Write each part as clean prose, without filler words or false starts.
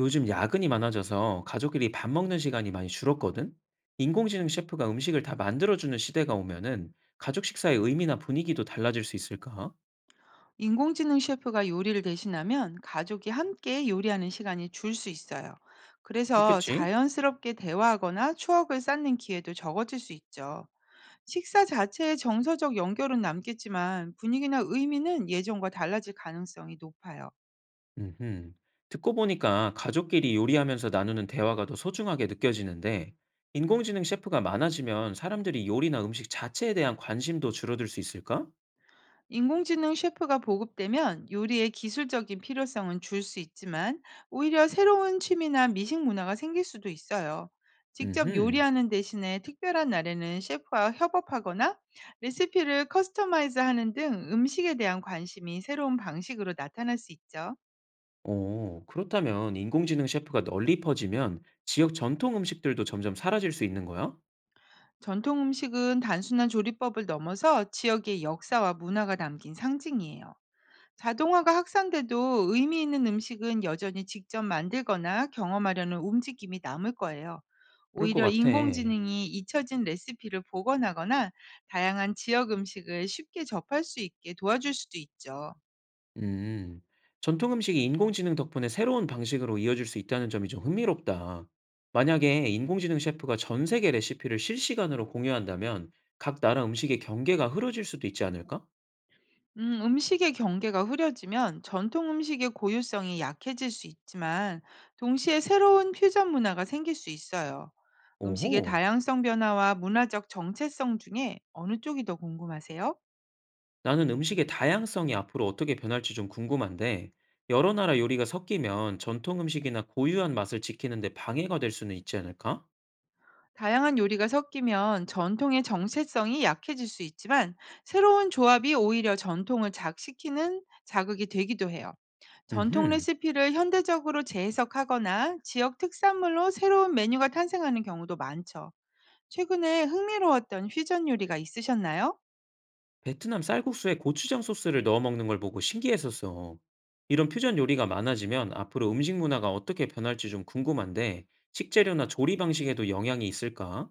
요즘 야근이 많아져서 가족끼리 밥 먹는 시간이 많이 줄었거든? 인공지능 셰프가 음식을 다 만들어주는 시대가 오면은 가족 식사의 의미나 분위기도 달라질 수 있을까? 인공지능 셰프가 요리를 대신하면 가족이 함께 요리하는 시간이 줄 수 있어요. 그래서 그렇겠지? 자연스럽게 대화하거나 추억을 쌓는 기회도 적어질 수 있죠. 식사 자체의 정서적 연결은 남겠지만 분위기나 의미는 예전과 달라질 가능성이 높아요. 음흠. 듣고 보니까 가족끼리 요리하면서 나누는 대화가 더 소중하게 느껴지는데, 인공지능 셰프가 많아지면 사람들이 요리나 음식 자체에 대한 관심도 줄어들 수 있을까? 인공지능 셰프가 보급되면 요리의 기술적인 필요성은 줄 수 있지만, 오히려 새로운 취미나 미식 문화가 생길 수도 있어요. 직접 음흠. 요리하는 대신에 특별한 날에는 셰프와 협업하거나 레시피를 커스터마이즈 하는 등, 음식에 대한 관심이 새로운 방식으로 나타날 수 있죠. 오, 그렇다면 인공지능 셰프가 널리 퍼지면 지역 전통 음식들도 점점 사라질 수 있는 거야? 전통 음식은 단순한 조리법을 넘어서 지역의 역사와 문화가 담긴 상징이에요. 자동화가 확산돼도 의미 있는 음식은 여전히 직접 만들거나 경험하려는 움직임이 남을 거예요. 그럴 것 오히려 같아. 인공지능이 잊혀진 레시피를 복원하거나 다양한 지역 음식을 쉽게 접할 수 있게 도와줄 수도 있죠. 음. 전통 음식이 인공지능 덕분에 새로운 방식으로 이어질 수 있다는 점이 좀 흥미롭다. 만약에 인공지능 셰프가 전 세계 레시피를 실시간으로 공유한다면 각 나라 음식의 경계가 흐려질 수도 있지 않을까? 음식의 경계가 흐려지면 전통 음식의 고유성이 약해질 수 있지만, 동시에 새로운 퓨전 문화가 생길 수 있어요. 음식의 오호. 다양성 변화와 문화적 정체성 중에 어느 쪽이 더 궁금하세요? 나는 음식의 다양성이 앞으로 어떻게 변할지 좀 궁금한데, 여러 나라 요리가 섞이면 전통 음식이나 고유한 맛을 지키는데 방해가 될 수는 있지 않을까? 다양한 요리가 섞이면 전통의 정체성이 약해질 수 있지만, 새로운 조합이 오히려 전통을 작시키는 자극이 되기도 해요. 전통 음흠. 레시피를 현대적으로 재해석하거나 지역 특산물로 새로운 메뉴가 탄생하는 경우도 많죠. 최근에 흥미로웠던 퓨전 요리가 있으셨나요? 베트남 쌀국수에 고추장 소스를 넣어 먹는 걸 보고 신기했었어. 이런 퓨전 요리가 많아지면 앞으로 음식 문화가 어떻게 변할지 좀 궁금한데, 식재료나 조리 방식에도 영향이 있을까?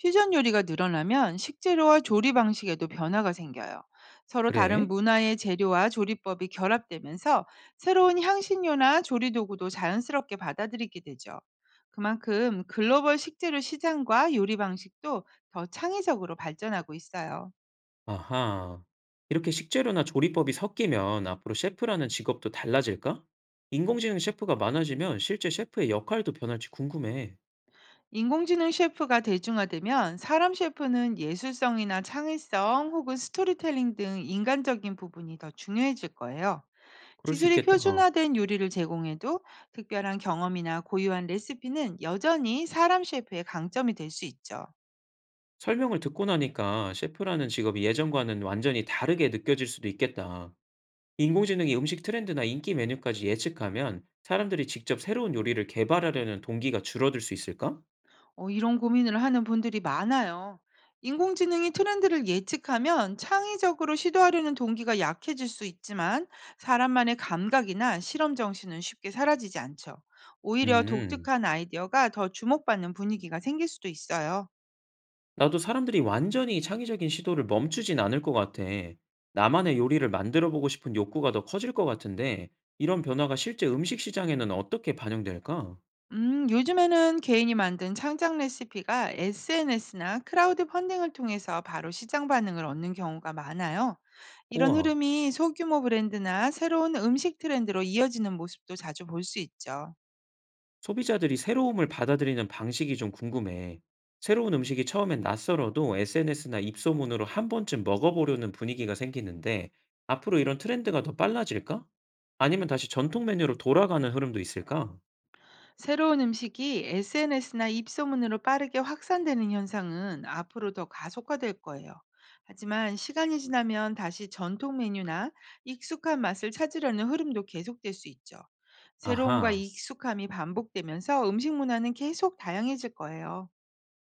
퓨전 요리가 늘어나면 식재료와 조리 방식에도 변화가 생겨요. 서로 다른 그래? 문화의 재료와 조리법이 결합되면서 새로운 향신료나 조리 도구도 자연스럽게 받아들이게 되죠. 그만큼 글로벌 식재료 시장과 요리 방식도 더 창의적으로 발전하고 있어요. 아하. 이렇게 식재료나 조리법이 섞이면 앞으로 셰프라는 직업도 달라질까? 인공지능 셰프가 많아지면 실제 셰프의 역할도 변할지 궁금해. 인공지능 셰프가 대중화되면 사람 셰프는 예술성이나 창의성, 혹은 스토리텔링 등 인간적인 부분이 더 중요해질 거예요. 그럴 수 기술이 있겠다. 표준화된 요리를 제공해도 특별한 경험이나 고유한 레시피는 여전히 사람 셰프의 강점이 될 수 있죠. 설명을 듣고 나니까 셰프라는 직업이 예전과는 완전히 다르게 느껴질 수도 있겠다. 인공지능이 음식 트렌드나 인기 메뉴까지 예측하면 사람들이 직접 새로운 요리를 개발하려는 동기가 줄어들 수 있을까? 이런 고민을 하는 분들이 많아요. 인공지능이 트렌드를 예측하면 창의적으로 시도하려는 동기가 약해질 수 있지만, 사람만의 감각이나 실험 정신은 쉽게 사라지지 않죠. 오히려 음, 독특한 아이디어가 더 주목받는 분위기가 생길 수도 있어요. 나도 사람들이 완전히 창의적인 시도를 멈추진 않을 것 같아. 나만의 요리를 만들어 보고 싶은 욕구가 더 커질 것 같은데, 이런 변화가 실제 음식 시장에는 어떻게 반영될까? 요즘에는 개인이 만든 창작 레시피가 SNS나 크라우드 펀딩을 통해서 바로 시장 반응을 얻는 경우가 많아요. 이런 우와. 흐름이 소규모 브랜드나 새로운 음식 트렌드로 이어지는 모습도 자주 볼 수 있죠. 소비자들이 새로움을 받아들이는 방식이 좀 궁금해. 새로운 음식이 처음엔 낯설어도 SNS나 입소문으로 한 번쯤 먹어보려는 분위기가 생기는데 앞으로 이런 트렌드가 더 빨라질까? 아니면 다시 전통 메뉴로 돌아가는 흐름도 있을까? 새로운 음식이 SNS나 입소문으로 빠르게 확산되는 현상은 앞으로 더 가속화될 거예요. 하지만 시간이 지나면 다시 전통 메뉴나 익숙한 맛을 찾으려는 흐름도 계속될 수 있죠. 새로움과 아하, 익숙함이 반복되면서 음식 문화는 계속 다양해질 거예요.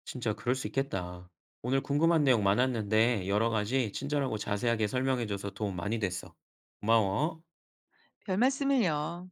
진짜 그럴 수 있겠다. 오늘 궁금한 내용 많았는데 여러 가지 친절하고 자세하게 설명해줘서 도움 많이 됐어. 고마워. 별 말씀을요.